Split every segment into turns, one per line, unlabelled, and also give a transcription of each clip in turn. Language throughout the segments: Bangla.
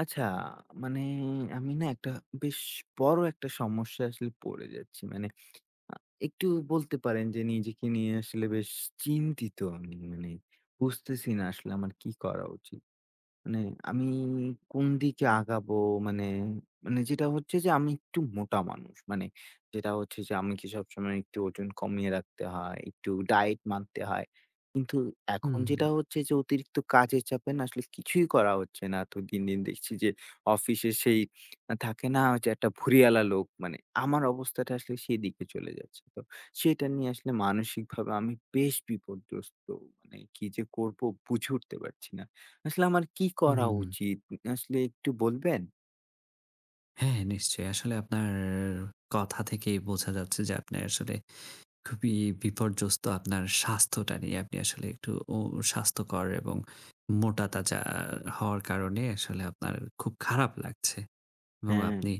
আচ্ছা, মানে আমি না একটা বেশ বড় একটা সমস্যায় আসলে পড়ে যাচ্ছি। মানে আ একটু বলতে পারেন যে নিজেকে নিয়ে আসলে বেশ চিন্তিত আমি। মানে বুঝতেছি না আসলে আমার কি করা উচিত? মানে আমি কোন দিকে আগাবো, মানে মানে যেটা হচ্ছে যে আমি একটু মোটা মানুষ। মানে যেটা হচ্ছে যে আমাকে সবসময় একটু ওজন কমিয়ে রাখতে হয়, একটু ডায়েট মানতে হয়। কিন্তু এখন
হুম,
যেটা হচ্ছে যে অতিরিক্ত কাজের চাপে না আসলে কিছুই করা হচ্ছে না। তো দিন, দিন দেখছি যে অফিসে সেই থাকে না যে একটা ভুঁড়িওয়ালা লোক, মানে আমার অবস্থাটা আসলে সেদিকে চলে যাচ্ছে। তো সেটা নিয়ে আসলে মানসিকভাবে আমি বেশ বিপর্যস্ত। মানে কি যে করব বুঝে উঠতে পারছি না। আসলে আমার কি
হুম,
করা
হুম।
উচিত? আসলে একটু বলবেন?
হ্যাঁ, নিশ্চয়ই। আসলে আপনার কথা থেকেই বোঝা যাচ্ছে যে আপনি আসলে খুবই বিপর্যস্ত আপনার স্বাস্থ্যটা নিয়ে। আপনি আসলে একটু স্বাস্থ্যকর এবং মোটা-তাজা হওয়ার কারণে আসলে আপনার খুব খারাপ লাগছে এবং
হ্যাঁ।
আপনি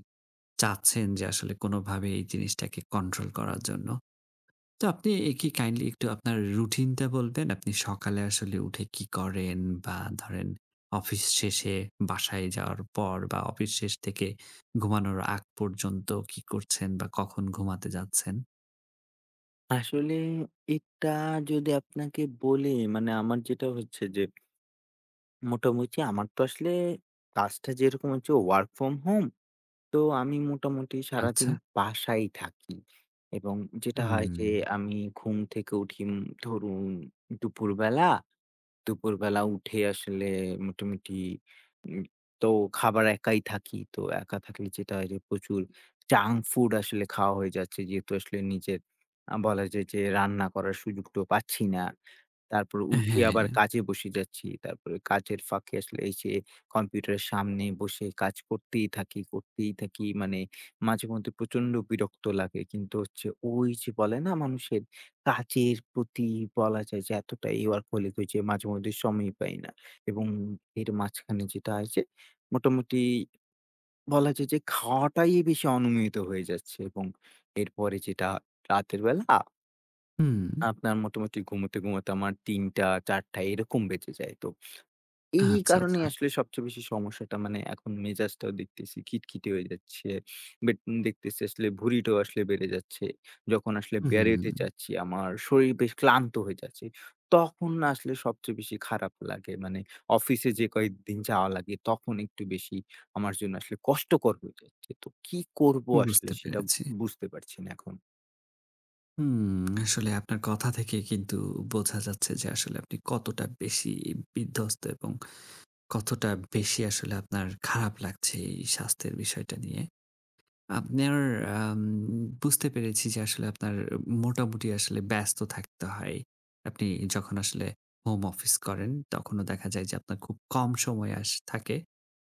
চাচ্ছেন যে আসলে কোনোভাবে এই জিনিসটাকে কন্ট্রোল করার জন্য। তো আপনি কি কাইন্ডলি একটু আপনার রুটিনটা বলবেন? আপনি সকালে আসলে উঠে কি করেন? বা ধরেন অফিস শেষে বাসায় যাওয়ার পর বা অফিস শেষ থেকে ঘুমানোর আগ পর্যন্ত কি করছেন বা কখন ঘুমাতে যাচ্ছেন?
আসলে এটা যদি আপনাকে বলি, মানে আমার যেটা হচ্ছে যে মোটামুটি আমার তো আসলে কাজটা যেরকম হচ্ছে work from home, তো আমি মোটামুটি
আচ্ছা।
সারাদিন বাসায় থাকি। এবং যেটা হয়
হুম।
যে আমি ঘুম থেকে উঠি ধরুন দুপুরবেলা। উঠে আসলে মোটামুটি উম তো খাবার একাই থাকি। তো একা থাকলে যেটা হয় যে প্রচুর জাঙ্ক ফুড আসলে খাওয়া হয়ে যাচ্ছে। যেহেতু আসলে নিজের বলা যায় যে রান্না করার সুযোগটাও পাচ্ছি না। তারপর উঠে
হ্যাঁ।
আবার কাজে বসে যাচ্ছি। তারপরে কাজের ফাঁকে আসলে এসে কম্পিউটারের সামনে বসে কাজ করতেই থাকি, করতেই থাকি। মানে মাঝেমধ্যে প্রচন্ড বিরক্ত লাগে। কিন্তু হচ্ছে ওই যে বলে না, মানুষের কাজের প্রতি বলা যায় যে এতটাই ওয়ার্কহোলিক হই যে মাঝেমধ্যে সময়ই পাই না। এবং এর মাঝখানে যেটা হয় যে মোটামুটি বলা যায় যে খাওয়াটাই বেশি অনিয়মিত হয়ে যাচ্ছে। এবং এরপরে যেটা রাতের বেলা
হুম।
আপনার মোটামুটি ঘুমোতে আমার ৩:০০ ৪:০০ এরকম বেজে যায়। তো এই
আচ্ছা, আচ্ছা।
কারণেই আসলে সবচেয়ে বেশি সমস্যাটা, মানে এখন মেজাজটাও দেখতেছি খিটখিটে হয়ে যাচ্ছে। বেট দেখতেছি আসলে ভুঁড়িটাও আসলে বেড়ে যাচ্ছে। যখন আসলে
হুম।
বেরোতে চাচ্ছি আমার শরীর বেশ ক্লান্ত হয়ে যাচ্ছে। তখন না আসলে সবচেয়ে বেশি খারাপ লাগে। মানে অফিসে যে কয়েকদিন যাওয়া লাগে তখন একটু বেশি আমার জন্য আসলে কষ্টকর হয়ে যাচ্ছে। তো কি করব আসলে
বুঝতে
সেটা
পেরেছি।
বুঝতে পারছি না এখন।
হুম, আসলে আপনার কথা থেকে কিন্তু বোঝা যাচ্ছে যে আসলে আপনি কতটা বেশি বিধ্বস্ত এবং কতটা বেশি আসলে আপনার খারাপ লাগছে এই স্বাস্থ্যের বিষয়টা নিয়ে? আপনার আম বুঝতে পেরেছি যে আসলে আপনার মোটামুটি আসলে ব্যস্ত থাকতে হয়। আপনি যখন আসলে হোম অফিস করেন তখনও দেখা যায় যে আপনার খুব কম সময় থাকে।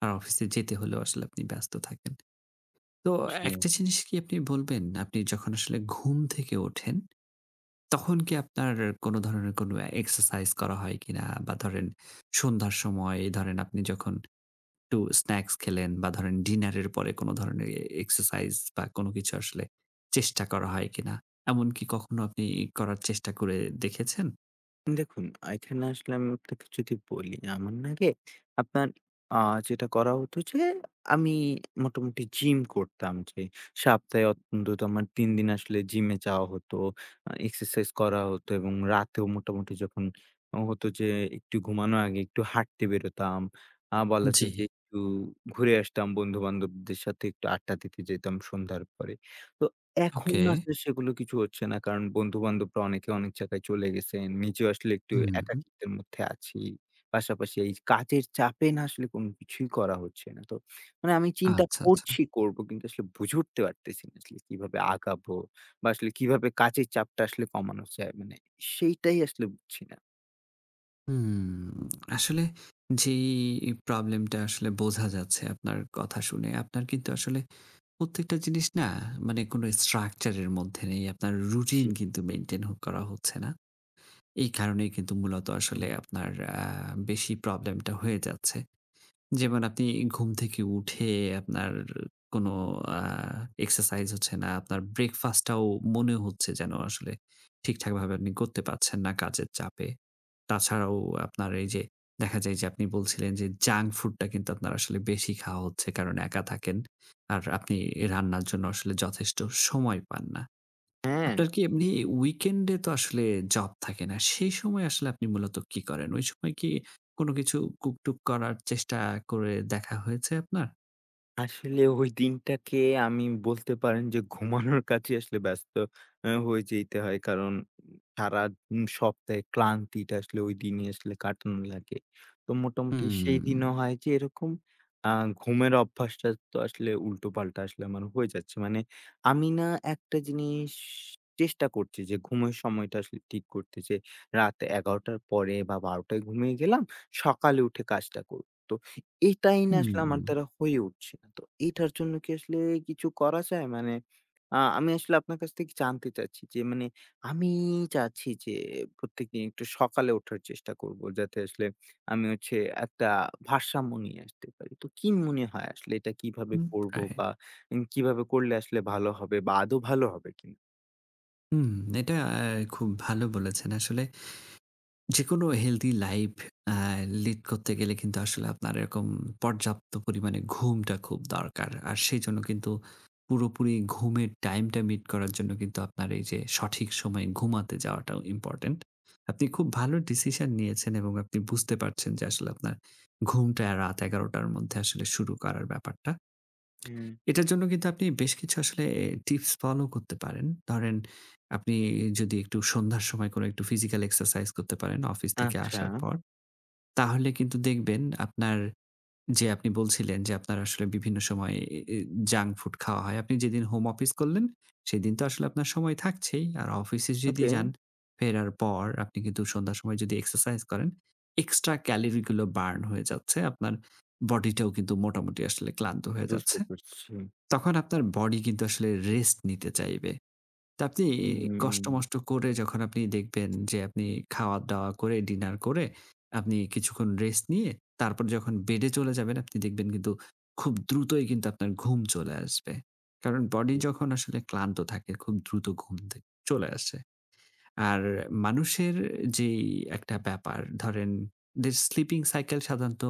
আর অফিসে যেতে হলেও আসলে আপনি ব্যস্ত থাকেন। তো
জি।
একটা জিনিস কি আপনি বলবেন, আপনি যখন আসলে ঘুম থেকে ওঠেন তখন কি আপনার কোনো ধরনের কোনো এক্সারসাইজ করা হয় কিনা? বা ধরেন সন্ধ্যার সময় ধরেন আপনি যখন একটু স্ন্যাকস খেলেন বা ধরেন ডিনারের পরে কোন ধরনের এক্সারসাইজ বা কোন কিছু আসলে চেষ্টা করা হয় কিনা? এমন কি কখনো আপনি করার চেষ্টা করে দেখেছেন?
দেখুন, এখানে আসলে আমি আপনাকে যদি বলি, আমার না আগে আপনার আ যেটা করা হতো যে, আমি মোটামুটি জিম করতাম যে, সপ্তাহে অন্তত আমার ৩ দিন আসলে জিমে যাওয়া হতো। এক্সারসাইজ করা হতো এবং রাতেও মোটামুটি যখন হতো যে, একটু ঘুমানোর আগে একটু হাঁটতে বেরোতাম। বলা
জি,
যায় যে, একটু ঘুরে আসতাম, বন্ধু-বান্ধবদের সাথে একটু আড্ডা দিতে যেতাম সন্ধ্যার পরে। তো এখন
ওকে।
আসলে সেগুলো কিছু হচ্ছে না। কারণ বন্ধু-বান্ধবরা অনেকে অনেক জায়গায় চলে গেছেন। নিজেও আসলে একটু
হুম,
একাকিত্বের মধ্যে আছি। পাশাপাশি এই কাজের চাপে না আসলে কোনো কিছুই করা হচ্ছে না। তো মানে আমি চিন্তা
আচ্ছা, আচ্ছা।
করছি করব কিন্তু আসলে বুঝে উঠতে পারতেছি না আসলে কিভাবে আগাবো বা আসলে কিভাবে কাজের চাপটা আসলে কমানো যায়। মানে সেইটাই আসলে বুঝছি না।
হুম, আসলে যেই প্রবলেমটা আসলে বোঝা যাচ্ছে আপনার কথা শুনে, আপনার কিন্তু আসলে প্রত্যেকটা জিনিস না মানে কোন স্ট্রাকচার এর মধ্যে নেই। আপনার রুটিন
জি,
কিন্তু মেইনটেইন করা হচ্ছে না। এই কারণেই কিন্তু মূলত আসলে আপনার আ বেশি প্রবলেমটা হয়ে যাচ্ছে। যেমন আপনি ঘুম থেকে উঠে আপনার কোনো আ এক্সারসাইজ হচ্ছে না। আপনার ব্রেকফাস্টটাও মনে হচ্ছে যেন আসলে ঠিকঠাকভাবে আপনি করতে পারছেন না কাজের চাপে। তাছাড়াও আপনার এই যে দেখা যায় যে আপনি বলছিলেন যে জাঙ্ক ফুডটা কিন্তু আপনার আসলে বেশি খাওয়া হচ্ছে কারণ একা থাকেন। আর আপনি রান্নার জন্য আসলে যথেষ্ট সময় পান না।
হ্যাঁ।
আপনার কি এমনি উইকেন্ডে তো আসলে জব থাকে না। সেই সময় আসলে আপনি মূলত কি করেন? ওই সময় কি কোনো কিছু কুক-টুক করার চেষ্টা করে দেখা হয়েছে আপনার?
আসলে ওই দিনটাকে আমি বলতে পারেন যে ঘুমানোর কাছে আসলে ব্যস্ত হয়ে যেতে হয়। কারণ সারা সপ্তাহে ক্লান্তিটা আসলে ওই দিনই আসলে কাটানো লাগে। তো মোটামুটি
হুম।
সেই দিনও হয় যে এরকম আ ঘুমের অভ্যাসটা তো আসলে উল্টোপাল্টা আসলে আমার হয়ে যাচ্ছে। মানে আমি না একটা জিনিস চেষ্টা করছি যে ঘুমের সময়টা আসলে ঠিক করতে, যে রাত ১১ টার পরে বা ১২ টায় ঘুমিয়ে গেলাম। সকালে উঠে কাজটা করব। তো এটাই না আসলে
হুম,
আমার দ্বারা হয়ে উঠছে না। তো এটার জন্য কি আসলে কিছু করা যায়? মানে আমি আসলে আপনার কাছ থেকে জানতে চাচ্ছি যে, মানে আমি চাচ্ছি যে প্রত্যেকদিন একটু সকালে ওঠার চেষ্টা করব। যাতে আসলে আমি হচ্ছে একটা ভারসাম্য নিয়ে আসতে পারি। তো কি মনে হয় আসলে এটা কিভাবে
হুম,
করব
রাইট।
বা কিভাবে করলে আসলে ভালো হবে বা আদৌ ভালো হবে কিনা?
হুম, এটা খুব ভালো বলেছেন আসলে। যেকোনো হেলদি লাইফ আ লিড করতে গেলে কিন্তু আসলে আপনার এরকম পর্যাপ্ত পরিমাণে ঘুমটা খুব দরকার। আর সেজন্য কিন্তু পুরোপুরি ঘুমের টাইমটা মিট করার জন্য কিন্তু আপনার এই যে সঠিক সময়ে ঘুমাতে যাওয়াটাও ইম্পোর্টেন্ট। আপনি খুব ভালো ডিসিশন নিয়েছেন এবং আপনি বুঝতে পারছেন যে আসলে আপনার ঘুমটা রাত ১১:০০ টার মধ্যে আসলে শুরু করার ব্যাপারটা।
হুম।
এটার জন্য কিন্তু আপনি বেশ কিছু আসলে টিপস ফলো করতে পারেন। ধরেন আপনি যদি একটু সন্ধ্যার সময় কোনো একটু ফিজিক্যাল এক্সারসাইজ করতে পারেন অফিস থেকে
আচ্ছা,
আসার পর, তাহলে কিন্তু দেখবেন আপনার যে আপনি বলছিলেন যে আপনার আসলে বিভিন্ন সময় এ এ জাঙ্ক ফুড খাওয়া হয়। আপনি যেদিন হোম অফিস করলেন সেদিন তো আসলে আপনার সময় থাকছেই। আর অফিসে যদি
ওকে
যান ফেরার পর আপনি কিন্তু সন্ধ্যার সময় যদি এক্সারসাইজ করেন, এক্সট্রা ক্যালোরি গুলো বার্ন হয়ে যাচ্ছে। আপনার বডিটাও কিন্তু মোটামুটি আসলে ক্লান্ত হয়ে
বুঝতে
যাচ্ছে।
পারছি।
তখন আপনার বডি কিন্তু আসলে রেস্ট নিতে চাইবে। তো আপনি
হুম,
কষ্ট-মষ্ট করে যখন আপনি দেখবেন যে আপনি খাওয়া-দাওয়া করে, ডিনার করে আপনি কিছুক্ষণ রেস্ট নিয়ে তারপর যখন বেডে চলে যাবেন আপনি দেখবেন কিন্তু খুব দ্রুতই কিন্তু আপনার ঘুম চলে আসবে। কারণ বডি
জি।
যখন আসলে ক্লান্ত থাকে খুব দ্রুত ঘুম চলে আসে। আর মানুষের যেই একটা ব্যাপার ধরেন যে স্লিপিং সাইকেল সাধারণত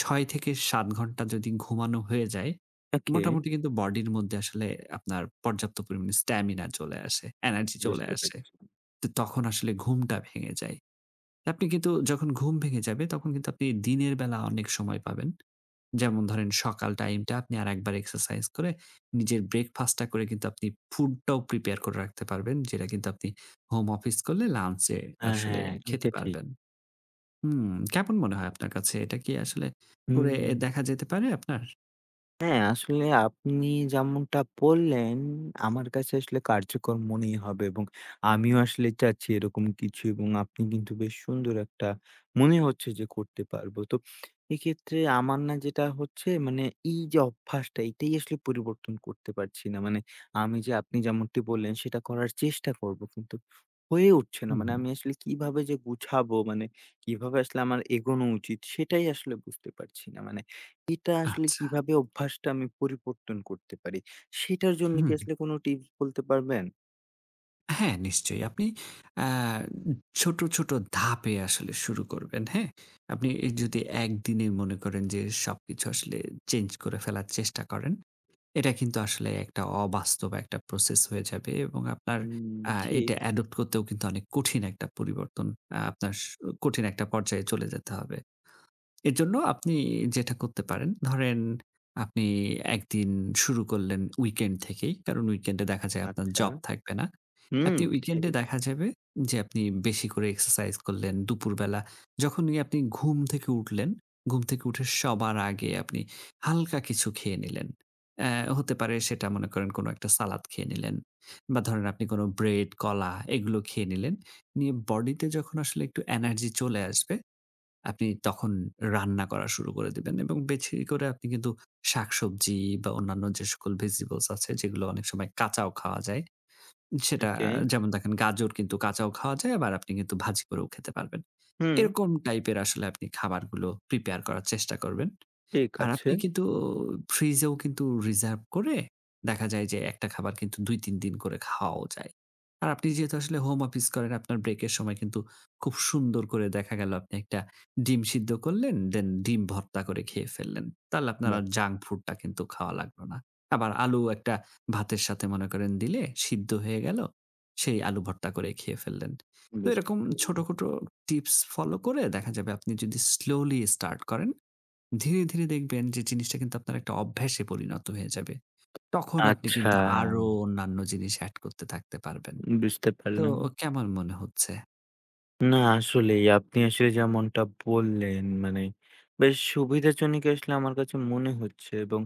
৬ থেকে ৭ ঘন্টা যদি ঘুমানো হয়ে যায়,
ওকে
মোটামুটি কিন্তু বডির মধ্যে আসলে আপনার পর্যাপ্ত পরিমাণে স্ট্যামিনা চলে আসে, এনার্জি চলে
বুঝতে
আসে।
পেরেছি।
তো তখন আসলে ঘুমটা ভেঙে যায়। আপনি কিন্তু যখন ঘুম ভেঙে যাবে তখন কিন্তু আপনি দিনের বেলা অনেক সময় পাবেন। যেমন ধরেন সকাল টাইমটা আপনি আরেকবার এক্সারসাইজ করে নিজের ব্রেকফাস্টটা করে কিন্তু আপনি ফুডটাও প্রিপেয়ার করে রাখতে পারবেন। যেটা কিন্তু আপনি হোম অফিস করলে লাঞ্চ এ
হ্যাঁ,
আসলে
হ্যাঁ,
খেতে
এটা ঠিক।
পারবেন। হুম, কেমন মনে হয় আপনার কাছে? এটা কি আসলে করে
হুম,
দেখা যেতে পারে আপনার?
হ্যাঁ, আসলে আপনি যেমনটা বললেন, আমার কাছে আসলে কার্যকর মনেই হবে এবং আমিও আসলে চাচ্ছি এরকম কিছু। এবং আপনি কিন্তু বেশ সুন্দর একটা মনে হচ্ছে যে করতে পারবো। তো এক্ষেত্রে আমার না যেটা হচ্ছে, মানে এই যে অভ্যাসটা এটাই আসলে পরিবর্তন করতে পারছি না। মানে আমি যে আপনি যেমনটি বললেন সেটা করার চেষ্টা করবো কিন্তু হয়ে উঠছে না।
হুম।
মানে আমি আসলে কিভাবে যে গুছাবো, মানে কিভাবে আসলে আমার এগোনো উচিত সেটাই আসলে বুঝতে পারছি না। মানে এটা আসলে
আচ্ছা।
কিভাবে অভ্যাসটা আমি পরিবর্তন করতে পারি? সেটার জন্য কি
হুম।
আসলে কোন টিপস বলতে পারবেন?
হ্যাঁ, নিশ্চয়ই। আপনি আ ছোট, ছোট ধাপে আসলে শুরু করবেন, হ্যাঁ? আপনি যদি একদিনে মনে করেন যে সবকিছু আসলে চেঞ্জ করে ফেলার চেষ্টা করেন, এটা কিন্তু আসলে একটা অবাস্তব একটা প্রসেস হয়ে যাবে এবং আপনার
হুম,
এটা
ঠিক।
অ্যাডপ্ট করতেও কিন্তু অনেক কঠিন একটা পরিবর্তন আপনার কঠিন একটা পর্যায়ে চলে যেতে হবে। এর জন্য আপনি যেটা করতে পারেন, ধরেন আপনি একদিন শুরু করলেন উইকেন্ড থেকেই। কারণ উইকেন্ডে দেখা যায় আপনার
আচ্ছা।
জব থাকবে না।
হুম,
আপনি
ঠিক।
উইকেন্ডে দেখা যাবে যে আপনি বেশি করে এক্সারসাইজ করলেন দুপুরবেলা। যখনই আপনি ঘুম থেকে উঠলেন, ঘুম থেকে উঠে সবার আগে আপনি হালকা কিছু খেয়ে নিলেন। হতে পারে সেটা মনে করেন কোনো একটা সালাদ খেয়ে নিলেন বা ধরেন আপনি কোনো ব্রেড, কলা এগুলো খেয়ে নিলেন। নিয়ে বডিতে যখন আসলে একটু এনার্জি চলে আসবে আপনি তখন রান্না করা শুরু করে দিবেন এবং বেছে করে আপনি কিন্তু শাকসবজি বা অন্যান্য যে সকল ভেজিটেবলস আছে যেগুলো অনেক সময় কাঁচাও খাওয়া যায়। সেটা
ওকে।
যেমন দেখেন গাজর কিন্তু কাঁচাও খাওয়া যায় আবার আপনি কিন্তু ভাজি করেও খেতে পারবেন।
হুম,
এরকম টাইপের আসলে আপনি খাবারগুলো প্রিপেয়ার করার চেষ্টা করবেন।
ঠিক
আর
আছে।
আপনি কিন্তু ফ্রিজেও কিন্তু রিজার্ভ করে দেখা যায় যে একটা খাবার কিন্তু ২-৩ দিন করে খাওয়াও যায়। আর আপনি যেহেতু আসলে হোম অফিস করেন আপনার ব্রেকের সময় কিন্তু খুব সুন্দর করে দেখা গেল আপনি একটা ডিম সিদ্ধ করলেন, দেন ডিম ভর্তা করে খেয়ে ফেললেন। তাহলে আপনার
বাহ!
আর জাঙ্ক ফুডটা কিন্তু খাওয়া লাগলো না। আবার আলু একটা ভাতের সাথে মনে করেন দিলে সিদ্ধ হয়ে গেল। সেই আলু ভর্তা করে খেয়ে ফেললেন। তো
বুঝতে
এরকম ছোট,
পারলাম।
ছোট টিপস ফলো করে দেখা যাবে আপনি যদি স্লোলি স্টার্ট করেন ধীরে, ধীরে দেখবেন যে জিনিসটা কিন্তু আপনার একটা অভ্যাসে পরিণত হয়ে যাবে। তখন আপনি
আচ্ছা,
কিন্তু আরো অন্যান্য জিনিস এড করতে থাকতে পারবেন।
বুঝতে
তো
পারলাম।
কেমন মনে হচ্ছে?
না আসলেই আপনি আসলে যেমনটা বললেন, মানে বেশ সুবিধাজনক আসলে আমার কাছে মনে হচ্ছে। এবং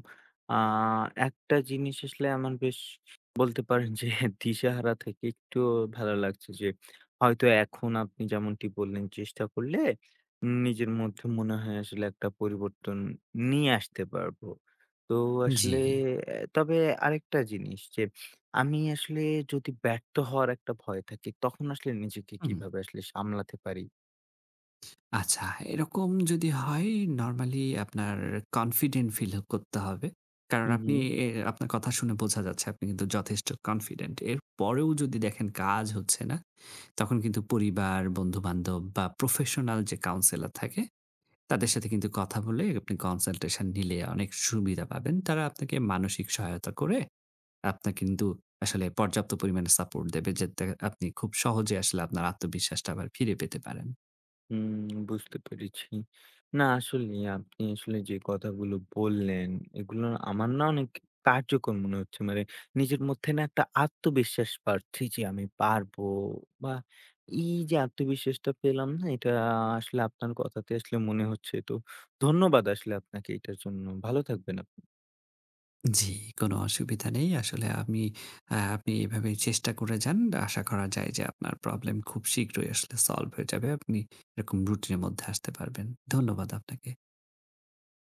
আহ, একটা জিনিস আসলে আমার বেশ বলতে পারেন যে দিশাহারা থেকে একটু ভালো লাগছে যে হয়তো এখন আপনি যেমনটি বললেন চেষ্টা করলে নিজের মধ্যে মনে হয় আসলে একটা পরিবর্তন নিয়ে আসতে পারবো। তো
জি।
আসলে আহ, তবে আরেকটা জিনিস যে আমি আসলে যদি ব্যর্থ হওয়ার একটা ভয় থাকে, তখন আসলে নিজেকে
হুম,
কিভাবে আসলে সামলাতে পারি?
আচ্ছা এরকম যদি হয় নরমালি আপনার কনফিডেন্ট ফিল করতে হবে। কারণ
হু, হু।
আপনি এ আপনার কথা শুনে বোঝা যাচ্ছে আপনি কিন্তু যথেষ্ট কনফিডেন্ট। এরপরেও যদি দেখেন কাজ হচ্ছে না, তখন কিন্তু পরিবার, বন্ধু-বান্ধব বা প্রফেশনাল যে কাউন্সেলর থাকে তাদের সাথে কিন্তু কথা বলে আপনি কনসালটেশন নিলে অনেক সুবিধা পাবেন। তারা আপনাকে মানসিক সহায়তা করে আপনার কিন্তু আসলে পর্যাপ্ত পরিমাণে সাপোর্ট দেবে যাতে আপনি খুব সহজে আসলে আপনার আত্মবিশ্বাসটা আবার ফিরে পেতে পারেন।
হুম, বুঝতে পেরেছি। না আসলেই আপনি আসলে যে কথাগুলো বললেন, এগুলো আমার না অনেক কার্যকর মনে হচ্ছে। মানে নিজের মধ্যে না একটা আত্মবিশ্বাস পাচ্ছি যে আমি পারবো, বা এই যে আত্মবিশ্বাসটা পেলাম না, এটা আসলে আপনার কথাতে আসলে মনে হচ্ছে। তো ধন্যবাদ আসলে আপনাকে এটার জন্য। ভালো থাকবেন আপনি।
জি, কোনো অসুবিধা নেই। আসলে আমি আপনি এভাবে চেষ্টা করে যান। আশা করা যায় যে আপনার প্রবলেম খুব শীঘ্রই আসলে সলভ হয়ে যাবে। আপনি এরকম রুটিনের মধ্যে আসতে পারবেন। ধন্যবাদ আপনাকে।